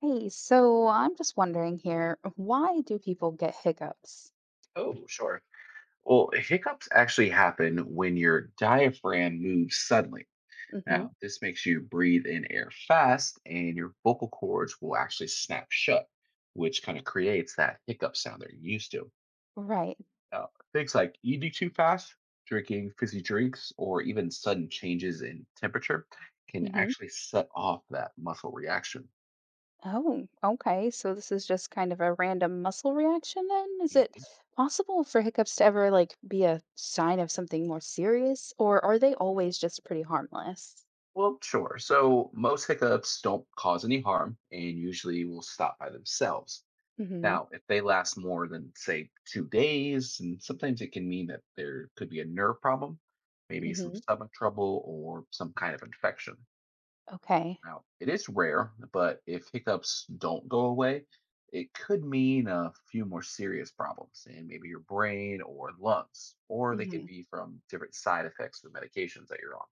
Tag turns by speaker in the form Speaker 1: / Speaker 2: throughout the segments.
Speaker 1: Hey, so I'm just wondering here, why do people get hiccups?
Speaker 2: Oh, sure. Well, hiccups actually happen when your diaphragm moves suddenly.
Speaker 1: Mm-hmm.
Speaker 2: Now, this makes you breathe in air fast, and your vocal cords will actually snap shut, which kind of creates that hiccup sound they're used to.
Speaker 1: Right.
Speaker 2: Now, things like eating too fast, drinking fizzy drinks, or even sudden changes in temperature can
Speaker 1: Mm-hmm.
Speaker 2: actually set off that muscle reaction.
Speaker 1: Oh, okay. So this is just kind of a random muscle reaction then? Is it
Speaker 2: Mhm.
Speaker 1: possible for hiccups to ever be a sign of something more serious, or are they always just pretty harmless?
Speaker 2: Well, sure. So, most hiccups don't cause any harm and usually will stop by themselves.
Speaker 1: Mm-hmm.
Speaker 2: Now, if they last more than, say, 2 days, and sometimes it can mean that there could be a nerve problem, maybe some
Speaker 1: Mm-hmm.
Speaker 2: stomach trouble, or some kind of infection.
Speaker 1: Okay.
Speaker 2: Now, it is rare, but if hiccups don't go away, it could mean a few more serious problems and maybe your brain or lungs, or they could
Speaker 1: Mm-hmm.
Speaker 2: be from different side effects of medications that you're on.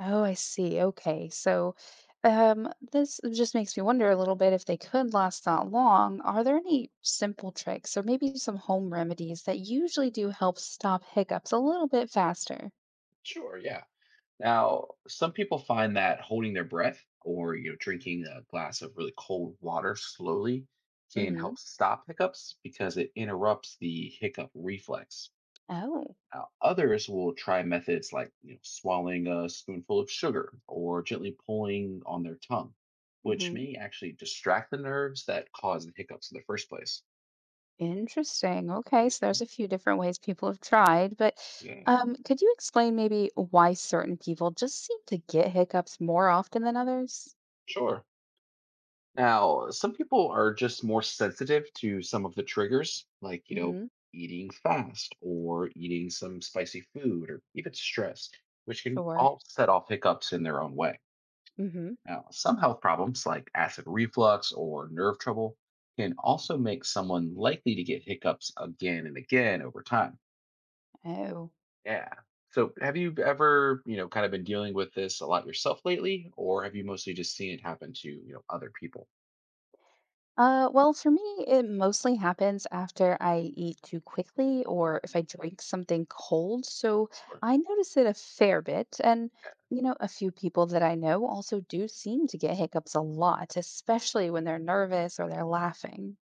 Speaker 1: Oh, I see. Okay. So, this just makes me wonder a little bit if they could last that long. Are there any simple tricks or maybe some home remedies that usually do help stop hiccups a little bit faster?
Speaker 2: Sure, yeah. Now, some people find that holding their breath or drinking a glass of really cold water slowly can
Speaker 1: Hmm.
Speaker 2: help stop hiccups because it interrupts the hiccup reflex.
Speaker 1: Oh.
Speaker 2: Now, others will try methods like swallowing a spoonful of sugar or gently pulling on their tongue, which
Speaker 1: Hmm.
Speaker 2: may actually distract the nerves that cause the hiccups in the first place.
Speaker 1: Interesting. Okay,
Speaker 2: Mm,
Speaker 1: so there's a few different ways people have tried, but
Speaker 2: yeah,
Speaker 1: could you explain maybe why certain people just seem to get hiccups more often than others?
Speaker 2: sure. Now, some people are just more sensitive to some of the triggers, like, you know,
Speaker 1: Hmm.
Speaker 2: eating fast or eating some spicy food or even stress, which can
Speaker 1: Sure.
Speaker 2: all set off hiccups in their own way.
Speaker 1: Hmm.
Speaker 2: Now, some health problems like acid reflux or nerve trouble can also make someone likely to get hiccups again and again over time.
Speaker 1: Oh.
Speaker 2: Yeah. So, have you ever, you know, kind of been dealing with this a lot yourself lately, or have you mostly just seen it happen to, other people?
Speaker 1: Well, for me, it mostly happens after I eat too quickly or if I drink something cold. So I notice it a fair bit. And, you know, a few people that I know also do seem to get hiccups a lot, especially when they're nervous or they're laughing.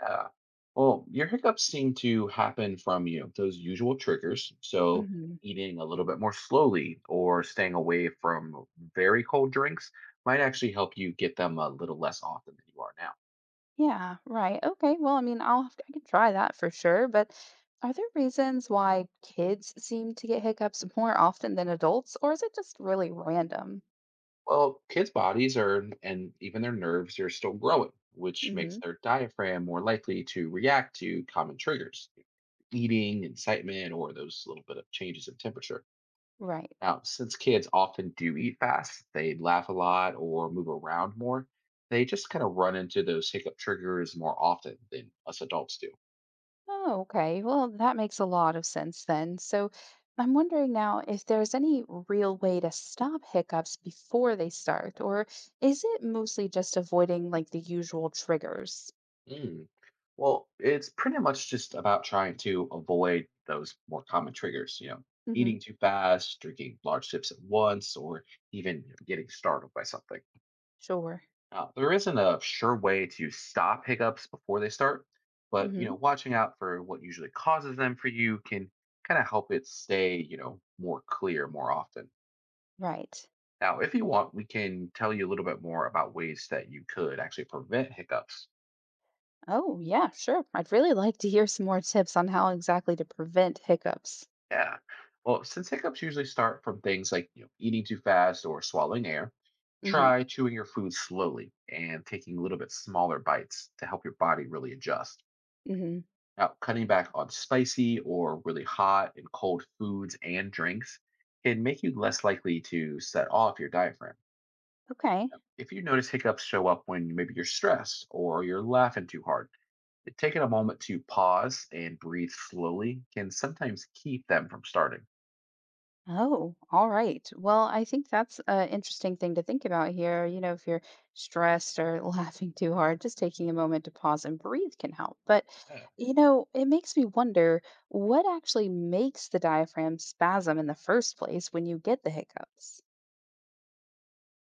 Speaker 2: Yeah. Well, your hiccups seem to happen from those usual triggers. So
Speaker 1: Hmm.
Speaker 2: eating a little bit more slowly or staying away from very cold drinks might actually help you get them a little less often than you are now.
Speaker 1: Yeah, right. Okay. Well, I mean, I can try that for sure. But are there reasons why kids seem to get hiccups more often than adults, or is it just really random?
Speaker 2: Well, kids' bodies are and even their nerves are still growing, which makes
Speaker 1: Hmm.
Speaker 2: their diaphragm more likely to react to common triggers, eating, incitement, or those little bit of changes in temperature.
Speaker 1: Right.
Speaker 2: Now, since kids often do eat fast, they laugh a lot or move around more, they just kind of run into those hiccup triggers more often than us adults do.
Speaker 1: Oh, okay. Well, that makes a lot of sense then. So I'm wondering now if there's any real way to stop hiccups before they start, or is it mostly just avoiding the usual triggers?
Speaker 2: Mm, well, it's pretty much just about trying to avoid those more common triggers, you know,
Speaker 1: Mm-hmm.
Speaker 2: eating too fast, drinking large sips at once, or even getting startled by something.
Speaker 1: Sure.
Speaker 2: Now, there isn't a sure way to stop hiccups before they start, but you know,
Speaker 1: Mm-hmm.
Speaker 2: watching out for what usually causes them for you can kind of help it stay, more clear more often.
Speaker 1: Right.
Speaker 2: Now, if you want, we can tell you a little bit more about ways that you could actually prevent hiccups.
Speaker 1: Oh, yeah, sure. I'd really like to hear some more tips on how exactly to prevent hiccups.
Speaker 2: Yeah. Well, since hiccups usually start from things like, you know, eating too fast or swallowing air,
Speaker 1: Mm-hmm.
Speaker 2: try chewing your food slowly and taking a little bit smaller bites to help your body really adjust.
Speaker 1: Mm-hmm.
Speaker 2: Now, cutting back on spicy or really hot and cold foods and drinks can make you less likely to set off your diaphragm.
Speaker 1: Okay.
Speaker 2: If you notice hiccups show up when maybe you're stressed or you're laughing too hard, taking a moment to pause and breathe slowly can sometimes keep them from starting.
Speaker 1: Oh, all right. Well, I think that's an interesting thing to think about here. You know, if you're stressed or laughing too hard, just taking a moment to pause and breathe can help. But,
Speaker 2: Yeah.
Speaker 1: you know, it makes me wonder what actually makes the diaphragm spasm in the first place when you get the hiccups?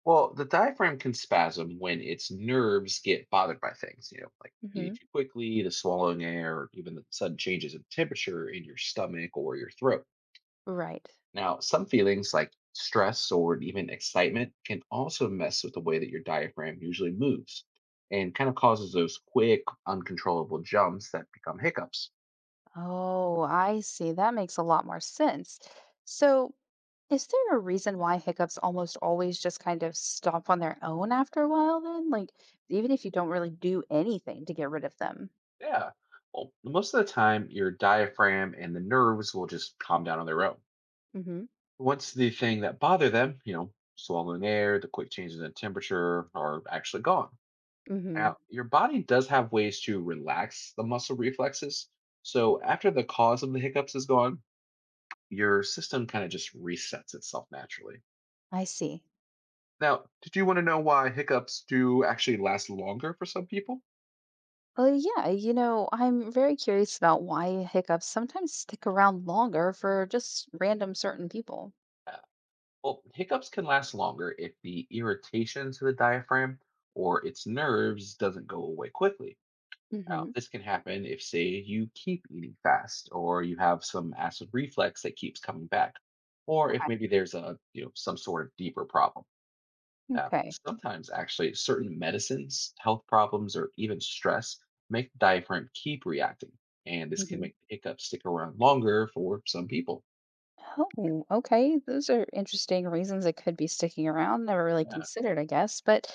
Speaker 2: Well, the diaphragm can spasm when its nerves get bothered by things, you know, like eating
Speaker 1: Hmm.
Speaker 2: too quickly, the swallowing air, or even the sudden changes in temperature in your stomach or your throat.
Speaker 1: Right.
Speaker 2: Now, some feelings like stress or even excitement can also mess with the way that your diaphragm usually moves and kind of causes those quick, uncontrollable jumps that become hiccups.
Speaker 1: Oh, I see. That makes a lot more sense. So, is there a reason why hiccups almost always just kind of stop on their own after a while then? Like, even if you don't really do anything to get rid of them?
Speaker 2: Yeah. Well, most of the time, your diaphragm and the nerves will just calm down on their own.
Speaker 1: Mm-hmm.
Speaker 2: Once the thing that bothered them, swallowing air, the quick changes in temperature are actually gone.
Speaker 1: Mm-hmm.
Speaker 2: Now, your body does have ways to relax the muscle reflexes. So after the cause of the hiccups is gone, your system kind of just resets itself naturally.
Speaker 1: I see.
Speaker 2: Now, did you want to know why hiccups do actually last longer for some people?
Speaker 1: Well, yeah, you know, I'm very curious about why hiccups sometimes stick around longer for just random certain people.
Speaker 2: Uh, well, hiccups can last longer if the irritation to the diaphragm or its nerves doesn't go away quickly. Now,
Speaker 1: Mm-hmm.
Speaker 2: this can happen if, say, you keep eating fast, or you have some acid reflex that keeps coming back, or if
Speaker 1: Why?
Speaker 2: maybe there's a some sort of deeper problem. Now,
Speaker 1: Okay.
Speaker 2: sometimes actually certain medicines, health problems, or even stress make the diaphragm keep reacting. And this can make the hiccups stick around longer for some people.
Speaker 1: Oh, okay. Those are interesting reasons it could be sticking around. Never really
Speaker 2: Yeah.
Speaker 1: considered, I guess. But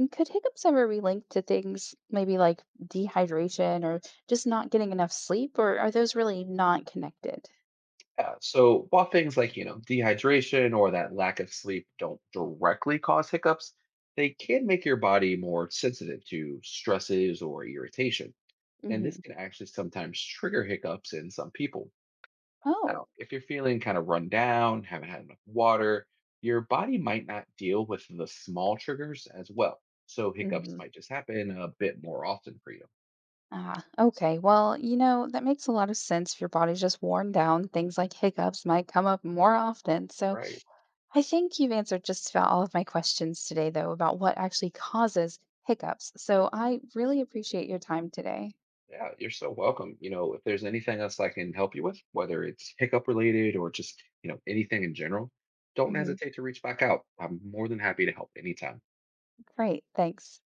Speaker 1: could hiccups ever be linked to things maybe like dehydration or just not getting enough sleep, or are those really not connected?
Speaker 2: Yeah, so while things like, you know, dehydration or that lack of sleep don't directly cause hiccups, they can make your body more sensitive to stresses or irritation. And this
Speaker 1: Hmm.
Speaker 2: can actually sometimes trigger hiccups in some people.
Speaker 1: Oh.
Speaker 2: Now, if you're feeling kind of run down, haven't had enough water, your body might not deal with the small triggers as well. So hiccups
Speaker 1: Hmm.
Speaker 2: might just happen a bit more often for you.
Speaker 1: Ah, okay. Well, you know, that makes a lot of sense. If your body's just worn down, things like hiccups might come up more often. So
Speaker 2: Right.
Speaker 1: I think you've answered just about all of my questions today, though, about what actually causes hiccups. So I really appreciate your time today.
Speaker 2: Yeah, you're so welcome. You know, if there's anything else I can help you with, whether it's hiccup related or just, anything in general, don't
Speaker 1: Hmm.
Speaker 2: hesitate to reach back out. I'm more than happy to help anytime.
Speaker 1: Great. Thanks.